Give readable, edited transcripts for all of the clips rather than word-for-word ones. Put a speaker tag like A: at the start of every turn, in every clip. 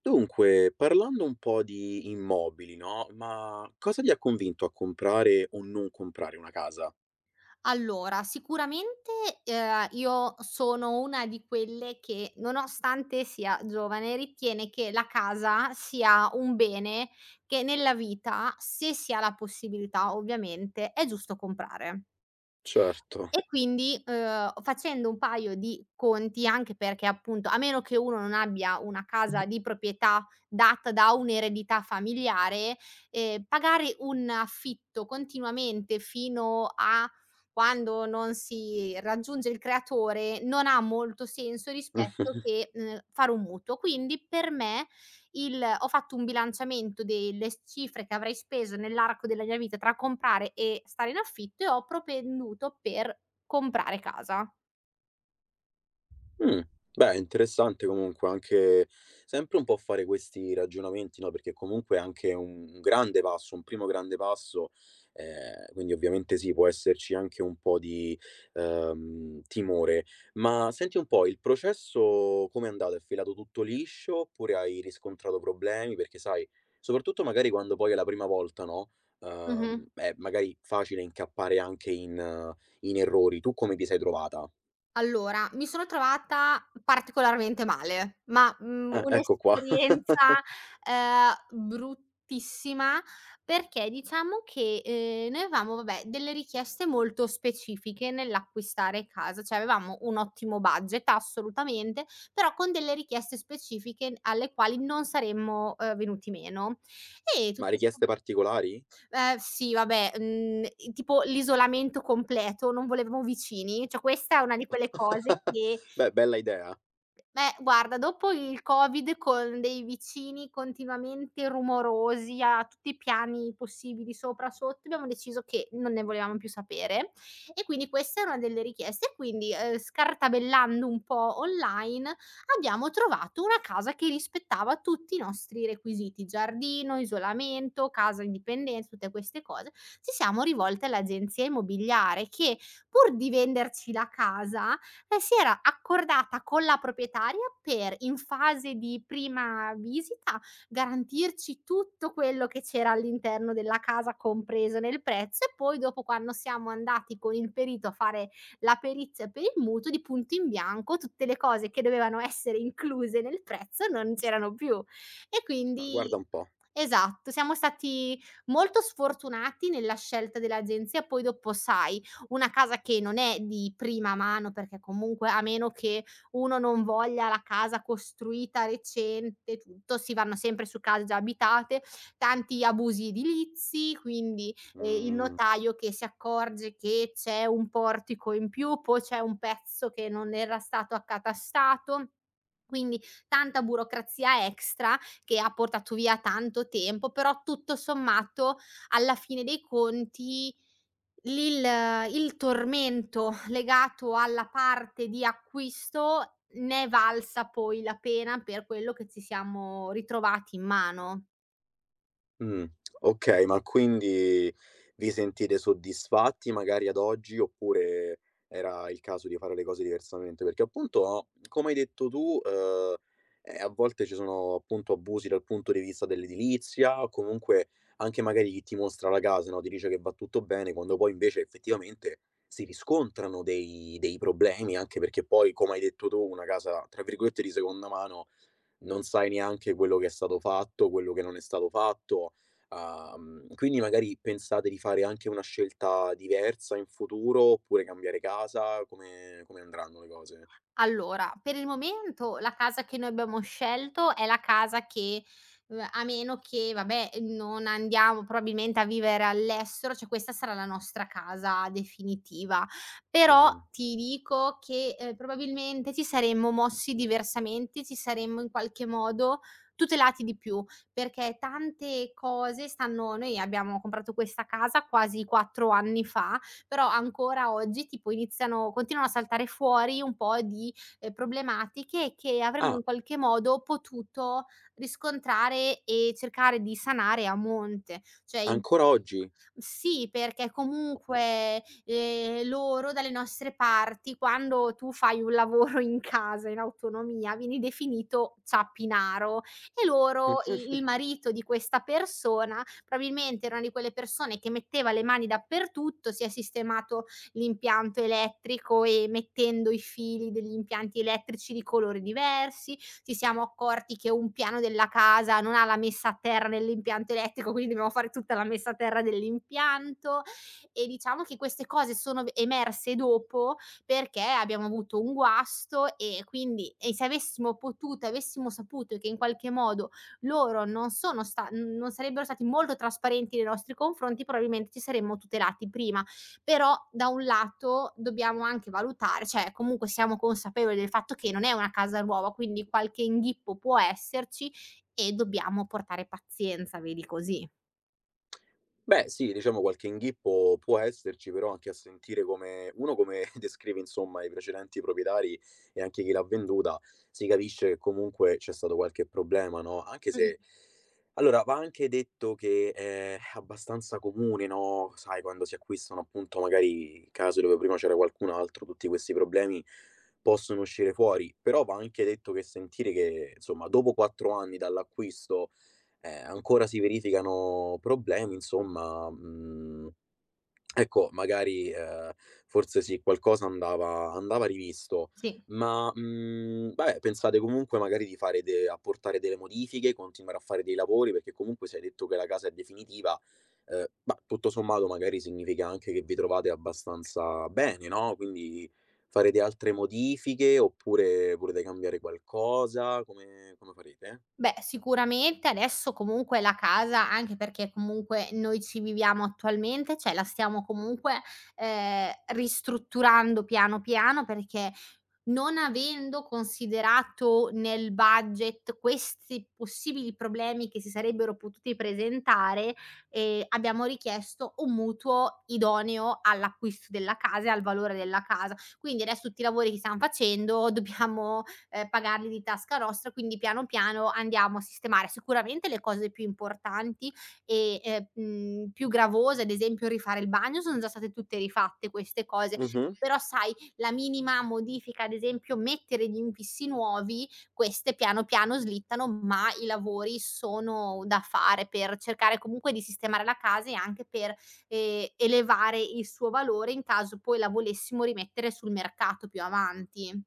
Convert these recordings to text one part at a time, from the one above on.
A: Dunque, parlando un po' di immobili, no, ma cosa ti ha convinto a comprare o non comprare una casa?
B: Allora, sicuramente, io sono una di quelle che, nonostante sia giovane, ritiene che la casa sia un bene che nella vita, se si ha la possibilità ovviamente, è giusto comprare.
A: Certo.
B: E quindi, facendo un paio di conti, anche perché appunto a meno che uno non abbia una casa di proprietà data da un'eredità familiare, pagare un affitto continuamente fino a quando non si raggiunge il creatore, non ha molto senso rispetto che, fare un mutuo. Quindi per me il ho fatto un bilanciamento delle s cifre che avrei speso nell'arco della mia vita tra comprare e stare in affitto e ho propenduto per comprare casa.
A: Mh, beh interessante comunque anche sempre un po' fare questi ragionamenti, no, perché comunque è anche un grande passo, un primo grande passo, quindi ovviamente sì, può esserci anche un po' di timore. Ma senti un po', il processo com'è andato? È filato tutto liscio oppure hai riscontrato problemi? Perché sai, soprattutto magari quando poi è la prima volta, no,
B: Mh-mh.
A: è magari facile incappare anche in in errori. Tu come ti sei trovata?
B: Allora, mi sono trovata particolarmente male, ma,
A: Ecco qua.
B: un'esperienza ehm, bruttissima, perché diciamo che, noi avevamo, vabbè, delle richieste molto specifiche nell'acquistare casa, cioè avevamo un ottimo budget assolutamente, però con delle richieste specifiche alle quali non saremmo, venuti meno. E
A: Ma
B: tutto som.
A: richieste particolari?
B: Sì, vabbè, tipo l'isolamento completo, non volevamo vicini, cioè questa è una di quelle cose che.
A: Beh, bella idea.
B: Beh, guarda, dopo il Covid, con dei vicini continuamente rumorosi a tutti i piani possibili, sopra, sotto, abbiamo deciso che non ne volevamo più sapere, e quindi questa è una delle richieste. Quindi, scartabellando un po' online, abbiamo trovato una casa che rispettava tutti i nostri requisiti: giardino, isolamento, casa indipendente, tutte queste cose. Ci siamo rivolte all'agenzia immobiliare che, pur di venderci la casa, si era accordata con la proprietaria per, in fase di prima visita, garantirci tutto quello che c'era all'interno della casa, compreso nel prezzo, e poi dopo, quando siamo andati con il perito a fare la perizia per il mutuo, di punto in bianco tutte le cose che dovevano essere incluse nel prezzo non c'erano più. E
A: Ma guarda
B: quindi,
A: un po'.
B: esatto, siamo stati molto sfortunati nella scelta dell'agenzia. Poi dopo sai, una casa che non è di prima mano, perché comunque a meno che uno non voglia la casa costruita recente, tutto, si vanno sempre su case già abitate, tanti abusi edilizi, quindi, il
A: Mhmm
B: notaio che si accorge che c'è un portico in più, poi c'è un pezzo che non era stato accatastato. Quindi, tanta burocrazia extra che ha portato via tanto tempo, però tutto sommato, alla fine dei conti, L'il il tormento legato alla parte di acquisto ne è valsa poi la pena per quello che ci siamo ritrovati in mano.
A: Mh, okay, ma quindi vi sentite soddisfatti magari ad oggi, oppure era il caso di fare le cose diversamente? Perché appunto, come hai detto tu, a volte ci sono appunto abusi dal punto di vista dell'edilizia, o comunque anche magari chi ti mostra la casa, no, ti dice che va tutto bene, quando poi invece effettivamente si riscontrano dei problemi, anche perché poi, come hai detto tu, una casa tra virgolette "di seconda mano" non sai neanche quello che è stato fatto, quello che non è stato fatto. Quindi magari pensate di fare anche una scelta diversa in futuro, oppure cambiare casa? Come andranno le cose?
B: Allora, per il momento la casa che noi abbiamo scelto è la casa che, a meno che vabbè, non andiamo probabilmente a vivere all'estero, cioè questa sarà la nostra casa definitiva. Però
A: Mh.
B: ti dico che, probabilmente ci saremmo mossi diversamente, ci saremmo in qualche modo tutelati di più, perché tante cose stanno. Noi abbiamo comprato questa casa quasi 4 anni fa, però ancora oggi tipo iniziano continuano a saltare fuori un po' di problematiche che avremmo
A: Ah,
B: in qualche modo potuto riscontrare e cercare di sanare a monte. Cioè in.
A: ancora oggi?
B: Sì, perché
A: Oh.
B: comunque, loro dalle nostre parti, quando tu fai un lavoro in casa, in autonomia, vieni definito ciappinaro, e loro i il marito di questa persona, probabilmente era una di quelle persone che metteva le mani dappertutto, si è sistemato l'impianto elettrico, e mettendo i fili degli impianti elettrici di colori diversi, ci siamo accorti che un piano della casa non ha la messa a terra nell'impianto elettrico, quindi dobbiamo fare tutta la messa a terra dell'impianto. E diciamo che queste cose sono v emerse dopo, perché abbiamo avuto un guasto, e quindi, e se avessimo potuto, avessimo saputo che in qualche modo loro non sarebbero stati molto trasparenti nei nostri confronti, probabilmente ci saremmo tutelati prima. Però da un lato dobbiamo anche valutare, cioè comunque siamo consapevoli del fatto che non è una casa nuova, quindi qualche inghippo può esserci e dobbiamo portare pazienza, vedi così.
A: Beh sì, diciamo qualche inghippo può esserci, però anche a sentire come uno come descrive insomma i precedenti proprietari e anche chi l'ha venduta, si capisce che comunque c'è stato qualche problema, no, anche
B: Mh,
A: se allora va anche detto che è abbastanza comune, no, sai quando si acquistano appunto magari case dove prima c'era qualcun altro, tutti questi problemi possono uscire fuori, però va anche detto che sentire che insomma dopo 4 anni dall'acquisto ancora si verificano problemi, insomma, ecco, magari, forse sì, qualcosa andava rivisto.
B: sì.
A: Ma, vabbè, pensate comunque magari di fare de apportare delle modifiche, continuare a fare dei lavori, perché comunque se hai detto che la casa è definitiva, bah, tutto sommato magari significa anche che vi trovate abbastanza bene, no, quindi farete altre modifiche, oppure volete cambiare qualcosa? Come farete?
B: Beh, sicuramente adesso comunque la casa, anche perché comunque noi ci viviamo attualmente, cioè la stiamo comunque, ristrutturando piano piano perché non avendo considerato nel budget questi possibili problemi che si sarebbero potuti presentare, abbiamo richiesto un mutuo idoneo all'acquisto della casa e al valore della casa. Quindi adesso tutti i lavori che stiam facendo dobbiamo, pagarli di tasca nostra, quindi piano, piano andiamo a sistemare sicuramente le cose più importanti e, mhmm, più gravose, ad esempio rifare il bagno, sono già state tutte rifatte queste cose.
A: Mh-mh.
B: Però sai la minima modifica, ad esempio mettere gli infissi nuovi, queste piano piano slittano, ma i lavori sono da fare per cercare comunque di sistemare la casa e anche per, elevare il suo valore in caso poi la volessimo rimettere sul mercato più avanti.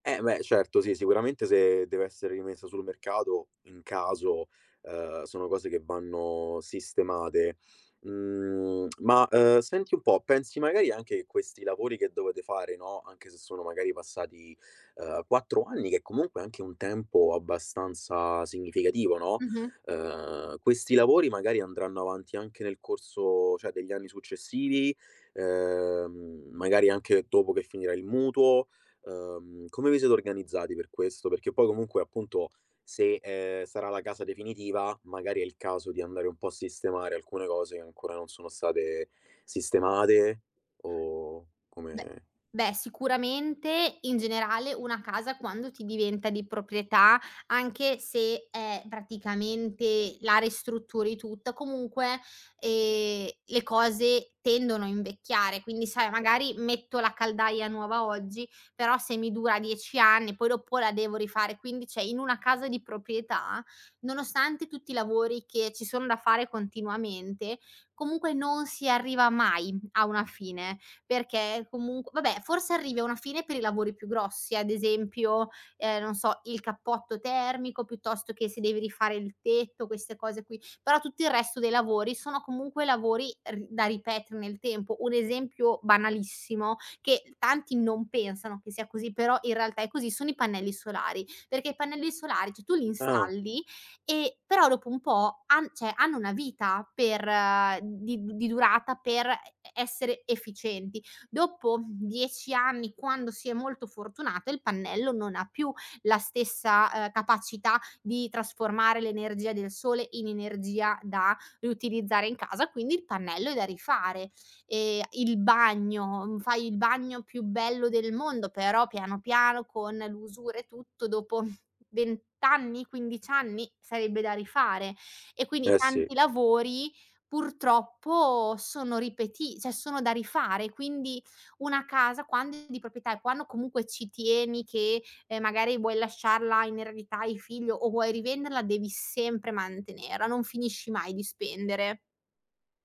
A: Eh beh, certo, sì, sicuramente se deve essere rimessa sul mercato, in caso, sono cose che vanno sistemate. Ma, senti un po', pensi magari anche che questi lavori che dovete fare, no, anche se sono magari passati, 4 anni, che comunque è comunque anche un tempo abbastanza significativo, no,
B: Mh-mh.
A: questi lavori magari andranno avanti anche nel corso, cioè, degli anni successivi, magari anche dopo che finirà il mutuo. Come vi siete organizzati per questo? Perché poi comunque appunto se, sarà la casa definitiva, magari è il caso di andare un po' a sistemare alcune cose che ancora non sono state sistemate o
B: Beh
A: come
B: beh, sicuramente in generale una casa quando ti diventa di proprietà, anche se, praticamente la ristrutturi tutta, comunque, le cose tendono a invecchiare. Quindi, sai, magari metto la caldaia nuova oggi, però se mi dura 10 anni poi dopo la devo rifare. Quindi, cioè, in una casa di proprietà, nonostante tutti i lavori che ci sono da fare continuamente, comunque non si arriva mai a una fine, perché comunque vabbè, forse arrivi a una fine per i lavori più grossi, ad esempio, non so, il cappotto termico, piuttosto che se devi rifare il tetto, queste cose qui. Però tutto il resto dei lavori sono comunque lavori r da ripetere nel tempo. Un esempio banalissimo, che tanti non pensano che sia così, però in realtà è così, sono i pannelli solari, perché i pannelli solari, cioè tu li
A: ah,
B: installi e però dopo un po' han cioè hanno una vita per di durata per essere efficienti. Dopo 10 anni, quando si è molto fortunate, il pannello non ha più la stessa, capacità di trasformare l'energia del sole in energia da riutilizzare in casa, quindi il pannello è da rifare. Il bagno, fai il bagno più bello del mondo, però piano piano con l'usura e tutto dopo 20 anni, 15 anni sarebbe da rifare, e quindi
A: eh sì.
B: tanti lavori purtroppo sono ripeti cioè sono da rifare, quindi una casa quando è di proprietà, e quando comunque ci tieni che, magari vuoi lasciarla in eredità ai figli o vuoi rivenderla, devi sempre mantenerla, non finisci mai di spendere.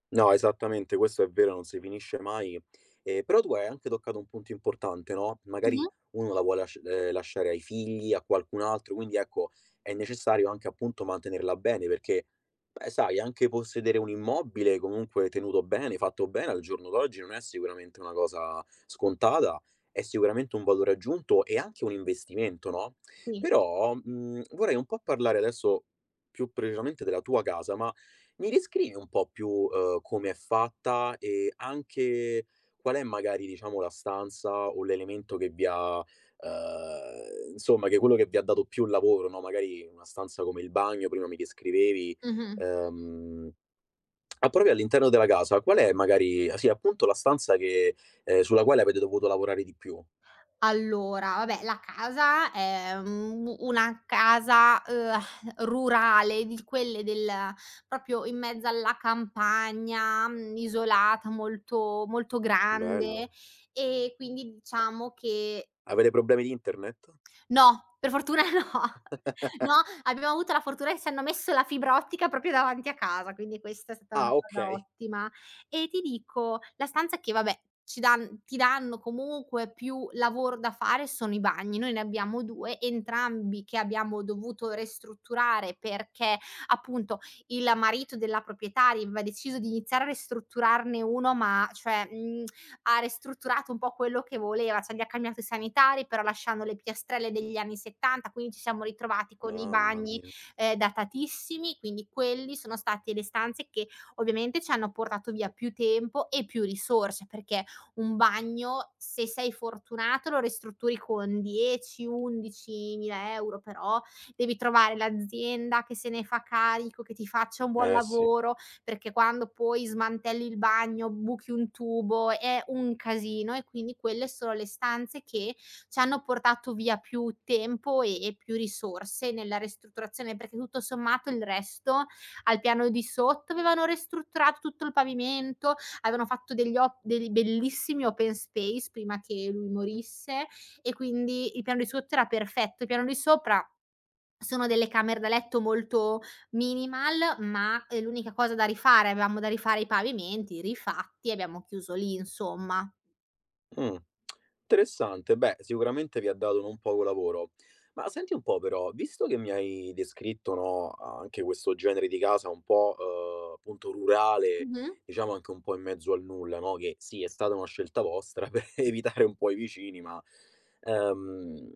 A: No, esattamente, questo è vero, non si finisce mai. Però tu hai anche toccato un punto importante, no, magari
B: Mh-mh.
A: uno la vuole lasciare ai figli, a qualcun altro, quindi ecco, è necessario anche appunto mantenerla bene perché, beh, sai, anche possedere un immobile comunque tenuto bene, fatto bene al giorno d'oggi non è sicuramente una cosa scontata, è sicuramente un valore aggiunto e anche un investimento, no,
B: Sì.
A: però, vorrei un po' parlare adesso più precisamente della tua casa, ma mi descrivi un po' più, come è fatta e anche qual è magari, diciamo, la stanza o l'elemento che vi ha insomma che è quello che vi ha dato più lavoro, no, magari una stanza come il bagno, prima mi descrivevi,
B: Mh-mh.
A: uhm, ah, proprio all'interno della casa, qual è magari ah, sì, appunto la stanza che sulla quale avete dovuto lavorare di più?
B: Allora, vabbè, la casa è u una casa, rurale, di quelle del proprio in mezzo alla campagna, isolata, molto molto grande,
A: Bello.
B: e quindi diciamo che.
A: Avete problemi di internet?
B: No, per fortuna no. No, abbiamo avuto la fortuna che ci hanno messo la fibra ottica proprio davanti a casa, quindi questa è stata una
A: Ah,
B: cosa
A: okay.
B: ottima. E ti dico, la stanza che vabbè, ci dan ti danno comunque più lavoro da fare sono i bagni. Noi ne abbiamo 2, entrambi che abbiamo dovuto ristrutturare, perché appunto il marito della proprietaria aveva deciso di iniziare a ristrutturarne uno, ma cioè, ha ristrutturato un po' quello che voleva, cioè gli ha cambiato i sanitari, però lasciando le piastrelle degli anni '70, quindi ci siamo ritrovati con i
A: Mamma
B: bagni
A: mia.
B: datatissimi. Quindi quelli sono stati le stanze che ovviamente ci hanno portato via più tempo e più risorse, perché un bagno, se sei fortunato, lo ristrutturi con 10, 11.000 €, però devi trovare l'azienda che se ne fa carico, che ti faccia un buon
A: Eh sì.
B: lavoro, perché quando poi smantelli il bagno, buchi un tubo, è un casino, e quindi quelle sono le stanze che ci hanno portato via più tempo e più risorse nella ristrutturazione, perché tutto sommato il resto al piano di sotto avevano ristrutturato tutto il pavimento, avevano fatto degli op dei bellissimi open space prima che lui morisse, e quindi il piano di sotto era perfetto. Il piano di sopra sono delle camere da letto molto minimal, ma, l'unica cosa da rifare, avevamo da rifare i pavimenti, rifatti, abbiamo chiuso lì insomma.
A: Mh. Interessante, beh, sicuramente vi ha dato non poco lavoro. Ma senti un po' però, visto che mi hai descritto, no, anche questo genere di casa un po', appunto rurale,
B: Mh-mh.
A: diciamo anche un po' in mezzo al nulla, no? Che sì, è stata una scelta vostra per evitare un po' i vicini, ma ehm,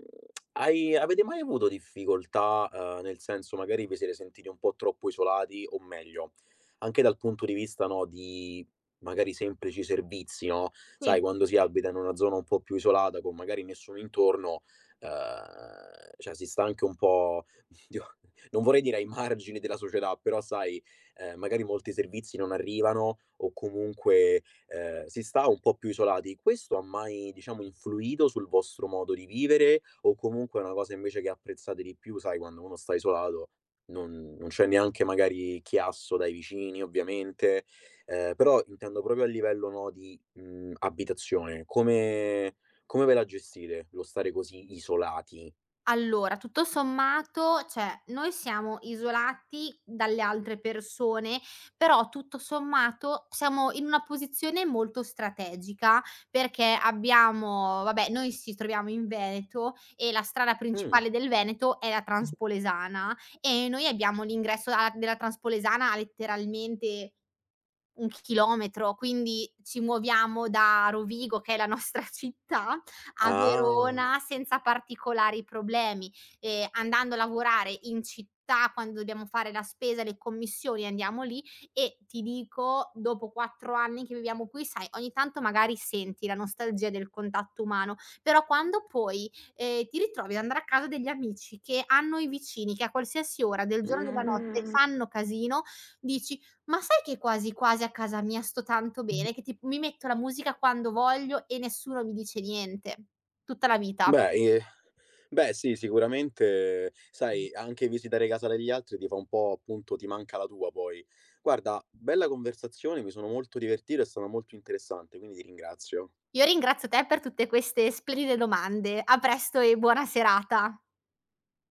A: avete mai avuto difficoltà, nel senso magari vi siete sentiti un po' troppo isolati, o meglio, anche dal punto di vista, no, di magari semplici servizi, no, sai
B: Sì.
A: quando si abita in una zona un po' più isolata con magari nessuno intorno, cioè si sta anche un po' oddio, non vorrei dire ai margini della società, però sai, magari molti servizi non arrivano o comunque, si sta un po' più isolati. Questo ha mai, diciamo, influito sul vostro modo di vivere o comunque è una cosa invece che apprezzate di più, sai quando uno sta isolato non c'è neanche magari chiasso dai vicini ovviamente. Però intendo proprio a livello, no, di, abitazione. Come ve la gestite lo stare così isolati?
B: Allora, tutto sommato, cioè, noi siamo isolati dalle altre persone, però tutto sommato siamo in una posizione molto strategica, perché abbiamo vabbè, noi ci troviamo in Veneto e la strada
A: Mh.
B: principale del Veneto è la Transpolesana, e noi abbiamo l'ingresso a della Transpolesana a letteralmente 1 chilometro, quindi ci muoviamo da Rovigo, che è la nostra città, a
A: Ah.
B: Verona senza particolari problemi, andando a lavorare in città, quando dobbiamo fare la spesa, le commissioni andiamo lì. E ti dico, dopo 4 anni che viviamo qui, sai, ogni tanto magari senti la nostalgia del contatto umano, però quando poi, ti ritrovi ad andare a casa degli amici che hanno i vicini che a qualsiasi ora del giorno e della notte
A: Mhmm,
B: fanno casino, dici: ma sai che quasi quasi a casa mia sto tanto bene che tipo mi metto la musica quando voglio e nessuno mi dice niente. Tutta la vita.
A: beh, ehm, beh sì, sicuramente, sai, anche visitare casa degli altri ti fa un po' appunto ti manca la tua poi. Guarda, bella conversazione, mi sono molto divertito, è stata molto interessante, quindi ti ringrazio.
B: Io ringrazio te per tutte queste splendide domande. A presto e buona serata.